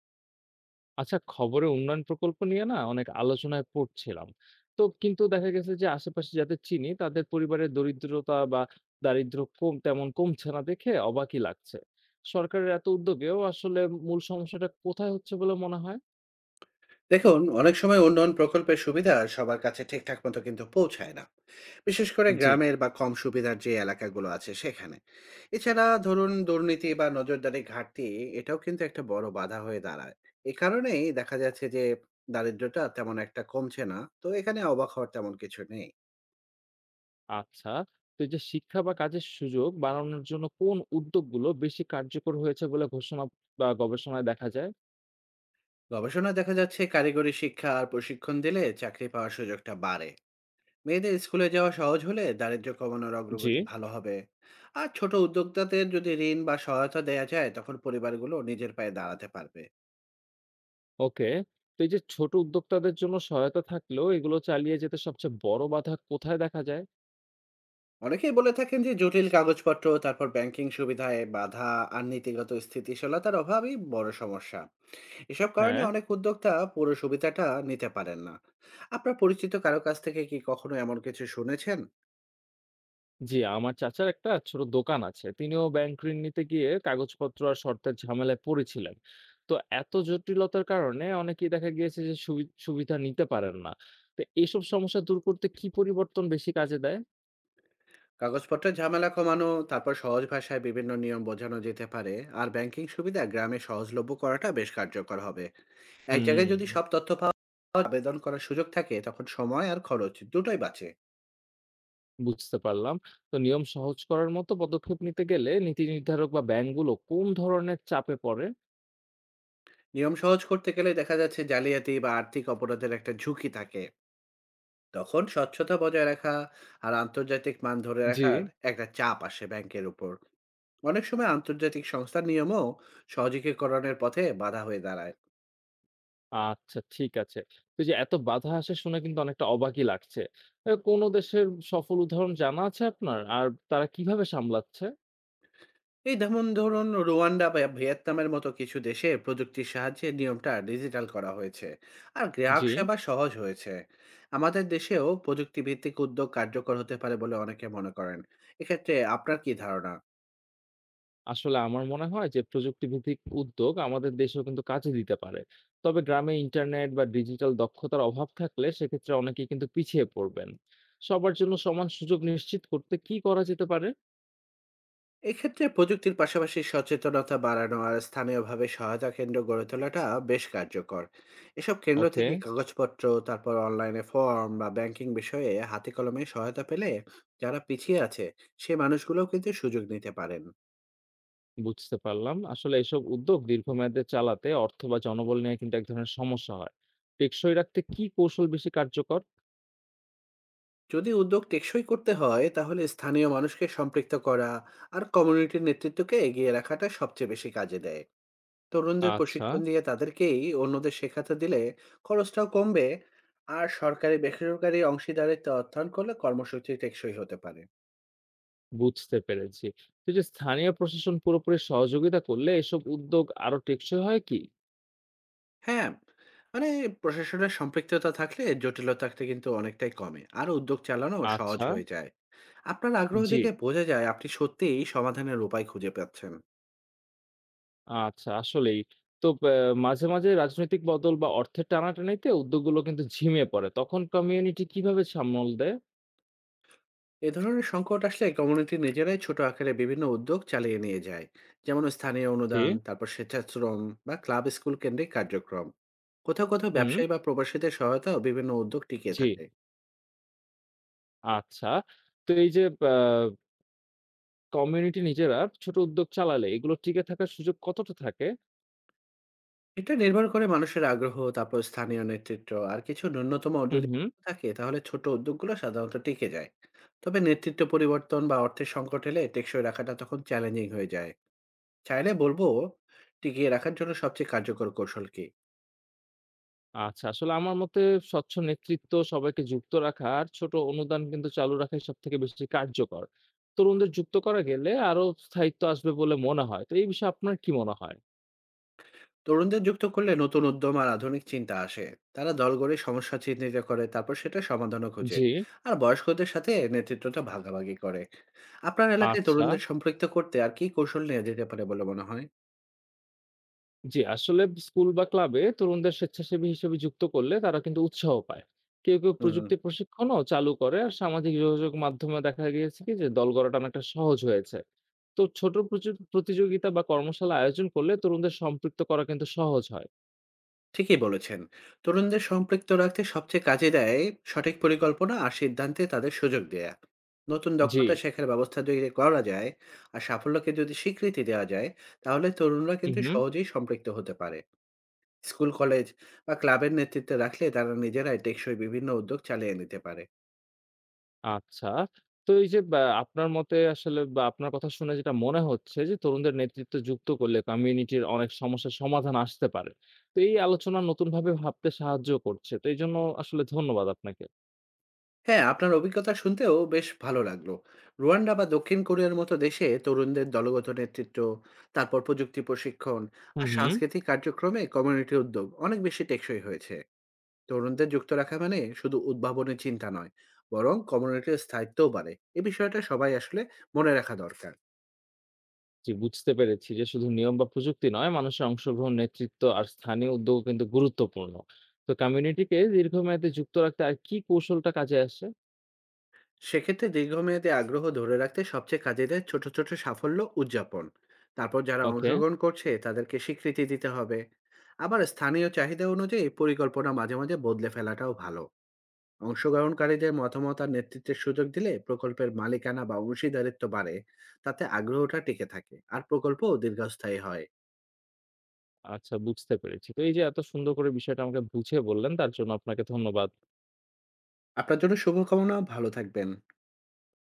আচ্ছা, খবরে উন্নয়ন প্রকল্প নিয়ে না অনেক আলোচনায় পড়ছিলাম। তো কিন্তু দেখা গেছে যে আশেপাশে যাদের চিনি তাদের পরিবারের দরিদ্রতা বা দারিদ্র কম তেমন কমছে না দেখে অবাকই লাগছে। সরকারের এত উদ্যোগেও আসলে মূল সমস্যাটা কোথায় হচ্ছে বলে মনে হয়? দেখুন, অনেক সময় উন্নয়ন প্রকল্পের সুবিধা সবার কাছে ঠিকঠাক মতো কিন্তু পৌঁছায় না। বিশেষ করে জি। গ্রামের বা কম সুবিধার যে এলাকাগুলো আছে সেখানে। এছাড়া ধরুন দুর্নীতি বা নজরদারি ঘাটতি, এটাও কিন্তু একটা বড় বাধা হয়ে দাঁড়ায়। এ কারণেই দেখা যাচ্ছে যে দারিদ্রতা তেমন একটা কমছে না, তো এখানে অবাক হওয়ার তেমন কিছু নেই। আচ্ছা, তো এই যে শিক্ষা বা কাজের সুযোগ বাড়ানোর জন্য কোন উদ্যোগগুলো বেশি কার্যকর হয়েছে বলে ঘোষণা বা গবেষণায় দেখা যায়? গবেষণা দেখা যাচ্ছে কারিগরি শিক্ষা আর প্রশিক্ষণ দিলে চাকরি পাওয়ার সুযোগটা বাড়ে। মেয়েদের স্কুলে যাওয়া সহজ হলে দারিদ্র্য কমানোর জি। অগ্রগতি ভালো হবে। আর ছোট উদ্যোক্তাদের যদি ঋণ বা সহায়তা দেয়া যায়, তখন পরিবারগুলো নিজের পায়ে দাঁড়াতে পারবে। ওকে। তো এই যে ছোট উদ্যোক্তাদের জন্য সহায়তা থাকলেও এগুলো চালিয়ে যেতে সবচেয়ে বড় বাধা কোথায় দেখা যায়? অনেকেই বলে থাকেন যে জটিল কাগজপত্র, তারপর ব্যাংকিং সুবিধায় বাধা, আর নীতিগত স্থিতিশীলতার অভাবই বড় সমস্যা। এসব কারণে হ্যাঁ। অনেক উদ্যোক্তা পুরো সুবিধাটা নিতে পারেন না। আপনার পরিচিত কারো কাছ থেকে কি কখনো এমন কিছু শুনেছেন? জি, আমার চাচার একটা ছোট দোকান আছে। তিনিও ব্যাংক ঋণ নিতে গিয়ে কাগজপত্র আর শর্তের ঝামেলায় পড়েছিলেন। তো এত জটিলতার কারণে অনেকেই দেখা গিয়েছে যে সুবিধা নিতে পারেন না। তো এইসব সমস্যা দূর করতে কি পরিবর্তন বেশি কাজে দেয়? কাগজপত্রের ঝামেলা কমানো, তারপর সহজ ভাষায় বিভিন্ন নিয়ম বোঝানো যেতে পারে। আর ব্যাংকিং সুবিধা গ্রামে সহজলভ্য করাটা বেশ কার্যকর হবে। এক জায়গায় যদি হুম। সব তথ্য পাওয়া যায়, আবেদন করার সুযোগ থাকে, তখন সময় আর খরচ দুটোই বাঁচে। বুঝতে পারলাম। তো নিয়ম সহজ করার মতো পদক্ষেপ নিতে গেলে নীতি নির্ধারক বা ব্যাংকগুলো কোন ধরনের চাপে পড়ে? নিয়ম সহজ করতে গেলে দেখা যাচ্ছে জালিয়াতি বা আর্থিক অপরাধের একটা ঝুঁকি থাকে। তখন স্বচ্ছতা বজায় রাখা আর আন্তর্জাতিক মান ধরে জি। রাখার একটা চাপ আসে ব্যাংকের উপর। অনেক সময় আন্তর্জাতিক সংস্থার নিয়মও সহজীকরণের পথে বাধা হয়ে দাঁড়ায়। আচ্ছা, ঠিক আছে। তো এইযে এত বাধা আসে শুনে কিন্তু অনেকটা অবাকই লাগছে। কোন দেশের সফল উদাহরণ জানা আছে আপনার? আর তারা কিভাবে সামলাচ্ছে? এই যেমন ধরুন রুয়ান্ডা বা ভিয়েতনামের মতো কিছু দেশে প্রযুক্তির সাহায্যে নিয়মটা ডিজিটাল করা হয়েছে আর গ্রাহক জি। সেবা সহজ হয়েছে। আমাদের দেশেও প্রযুক্তি ভিত্তিক উদ্যোগ কার্যকর হতে পারে বলে অনেকে মনে করেন। এক্ষেত্রে আপনার কি ধারণা? আসলে আমার মনে হয় যে প্রযুক্তিভিত্তিক উদ্যোগ আমাদের দেশেও কিন্তু কাজে দিতে পারে। তবে গ্রামে ইন্টারনেট বা ডিজিটাল দক্ষতার অভাব থাকলে সেক্ষেত্রে অনেকেই কিন্তু পিছিয়ে পড়বেন। সবার জন্য সমান সুযোগ নিশ্চিত করতে কি করা যেতে পারে? এক্ষেত্রে প্রযুক্তির পাশাপাশি সচেতনতা বাড়ানো আর স্থানীয়ভাবে সহায়তা কেন্দ্র গড়ে তোলাটা বেশ কার্যকর। এসব কেন্দ্র ওকে। থেকে কাগজপত্র, তারপর অনলাইনে ফর্ম বা ব্যাংকিং বিষয়ে হাতে কলমে সহায়তা পেলে যারা পিছিয়ে আছে সে মানুষগুলোও কিন্তু সুযোগ নিতে পারেন। বুঝতে পারলাম। আসলে এসব উদ্যোগ দীর্ঘমেয়াদে চালাতে অর্থ বা জনবল নিয়ে কিন্তু এক ধরনের সমস্যা হয়। টেকসই রাখতে কি কৌশল বেশি কার্যকর? যদি উদ্যোগ টেকসই করতে হয়, তাহলে স্থানীয় মানুষকে সম্পৃক্ত করা আর কমিউনিটির নেতৃত্বকে এগিয়ে রাখাটা সবচেয়ে বেশি কাজে দেয়। তরুণদের আচ্ছা। প্রশিক্ষণ দিয়ে তাদেরকেই অন্যদের শেখাতে দিলে খরচটাও কমবে। আর সরকারি বেসরকারি অংশীদারিত্ব অর্থায়ন করলে কর্মসূচি টেকসই হতে পারে। বুঝতে পেরেছি। তো এই যে স্থানীয় প্রশাসন পুরোপুরি সহযোগিতা করলে এসব উদ্যোগ আরো টেকসই হয় কি? হ্যাঁ, মানে প্রশাসনের সম্পৃক্ততা থাকলে জটিলতাটা কিন্তু অনেকটাই কমে আর উদ্যোগ চালানো সহজ আচ্ছা, হয়ে যায়। আপনার আগ্রহ জি। দেখে বোঝা যায় আপনি সত্যিই সমাধানের উপায় খুঁজে পাচ্ছেন। আচ্ছা, আসলেই। তো ব্যা মাঝে মাঝে রাজনৈতিক বদল বা অর্থের টানাটানিতে উদ্যোগগুলো কিন্তু ঝিমিয়ে পড়ে। তখন কমিউনিটি কিভাবে সামল দেয়? এ ধরনের সংকট আসলে কমিউনিটি নিজেরাই ছোট আকারে বিভিন্ন উদ্যোগ চালিয়ে নিয়ে যায়। যেমন স্থানীয় জি, অনুদান, তারপর স্বেচ্ছাশ্রম বা ক্লাব স্কুল কেন্দ্রিক কার্যক্রম। কোথাও কোথাও হুম, ব্যবসায়ী বা প্রবাসীদের সহায়তা বিভিন্ন উদ্যোগ টিকিয়ে জি। থাকে। আচ্ছা। তো এই যে ব্যা কমিউনিটি নিজেরা ছোট উদ্যোগ চালালে এগুলো টিকে থাকার সুযোগ কতটা থাকে? এটা নির্ভর করে মানুষের আগ্রহ, তারপর স্থানীয় নেতৃত্ব আর কিছু ন্যূনতম হুম যদি হুম থাকে, তাহলে ছোট উদ্যোগগুলো সাধারণত টিকে যায়। তবে নেতৃত্ব পরিবর্তন বা অর্থের সংকট এলে টেকসই রাখাটা তখন চ্যালেঞ্জিং হয়ে যায়। চাইলে বলবো, টিকিয়ে রাখার জন্য সবচেয়ে কার্যকর কৌশল কি? আচ্ছা, আসলে আমার মতে স্বচ্ছ নেতৃত্ব, সবাইকে যুক্ত রাখা আর ছোট অনুদান কিন্তু চালু রাখাই সব থেকে বেশি কার্যকর। তরুণদের যুক্ত করা গেলে আরো স্থায়িত্ব আসবে বলে মনে হয়। তো এই বিষয়ে আপনার কি মনে হয়? তরুণদের যুক্ত করলে নতুন উদ্যম আর আধুনিক চিন্তা আসে। তারা দল গড়ে সমস্যা চিহ্নিত করে, তারপর সেটা সমাধানও খোঁজে। জি। আর বয়স্কদের সাথে নেতৃত্বটা ভাগাভাগি করে। আপনার এলাকায় আচ্ছা, তরুণদের সম্পৃক্ত করতে আর কি কৌশল নিয়ে যেতে পারে বলে মনে হয়? জি, আসলে স্কুল বা ক্লাবে তরুণদের স্বেচ্ছাসেবী হিসেবে যুক্ত করলে তারা কিন্তু উৎসাহ পায়। কেউ কেউ হুম, প্রযুক্তি প্রশিক্ষণও চালু করে আর সামাজিক যোগাযোগ মাধ্যমে দেখা গিয়েছে কি যে দল গড়াটা অনেকটা সহজ হয়েছে। তো ছোট প্রতিযোগিতা বা কর্মশালা আয়োজন করলে তরুণদের সম্পৃক্ত করা কিন্তু সহজ হয়। ঠিকই বলেছেন। তরুণদের সম্পৃক্ত রাখতে সবচেয়ে কাজে দেয় সঠিক পরিকল্পনা আর সিদ্ধান্তে তাদের সুযোগ দেয়া, নতুন জি। দক্ষতা শেখার ব্যবস্থা যদি করা যায় আর সাফল্যকে যদি স্বীকৃতি দেওয়া যায়, তাহলে তরুণরা হু, কিন্তু হু। সহজেই সম্পৃক্ত হতে পারে। স্কুল, কলেজ বা ক্লাবের নেতৃত্বে রাখলে তারা নিজেরাই টেকসই বিভিন্ন উদ্যোগ চালিয়ে নিতে পারে। আচ্ছা। তো এই যে ব্যা আপনার মতে আসলে, বা আপনার কথা শুনে যেটা মনে হচ্ছে যে, তরুণদের নেতৃত্বে যুক্ত করলে কমিউনিটির অনেক সমস্যার সমাধান আসতে পারে। তো এই আলোচনা নতুনভাবে ভাবতে সাহায্য করছে। তো এইজন্য আসলে ধন্যবাদ আপনাকে। হ্যাঁ, আপনার অভিজ্ঞতা শুনতেও বেশ ভালো লাগলো। রুয়ান্ডা বা দক্ষিণ কোরিয়ার মতো দেশে তরুণদের দলগত নেতৃত্ব, তারপর প্রযুক্তি প্রশিক্ষণ হুম, আর হুম। সাংস্কৃতিক কার্যক্রমে কমিউনিটি উদ্যোগ অনেক বেশি টেকসই হয়েছে। তরুণদের যুক্ত রাখা মানে শুধু উদ্ভাবনের চিন্তা নয়, বরং কমিউনিটির স্থায়িত্বও বাড়ে। এ বিষয়টা সবাই আসলে মনে রাখা দরকার। জি, বুঝতে পেরেছি যে শুধু নিয়ম বা প্রযুক্তি নয়, মানুষের অংশগ্রহণ, নেতৃত্ব আর স্থানীয় উদ্যোগও কিন্তু গুরুত্বপূর্ণ। তো কমিউনিটিকে দীর্ঘমেয়াদে যুক্ত রাখতে আর কি কৌশলটা কাজে আসে? সেক্ষেত্রে দীর্ঘমেয়াদী আগ্রহ ধরে রাখতে সবচেয়ে কাজে দেয় ছোট ছোট সাফল্য উদযাপন, তারপর যারা ওকে, অংশগ্রহণ করছে তাদেরকে স্বীকৃতি দিতে হবে। আবার স্থানীয় চাহিদা অনুযায়ী পরিকল্পনা মাঝে মাঝে বদলে ফেলাটাও ভালো। অংশগ্রহণকারীদের মতামত আর নেতৃত্বের সুযোগ দিলে প্রকল্পের মালিকানা বা অংশীদারিত্ব বাড়ে। তাতে আগ্রহটা টিকে থাকে আর প্রকল্পও দীর্ঘস্থায়ী হয়। আচ্ছা, বুঝতে পেরেছি। তো এই যে এত সুন্দর করে বিষয়টা আমাকে বুঝিয়ে বললেন, তার জন্য আপনাকে ধন্যবাদ। আপনার জন্য শুভকামনা, ভালো থাকবেন।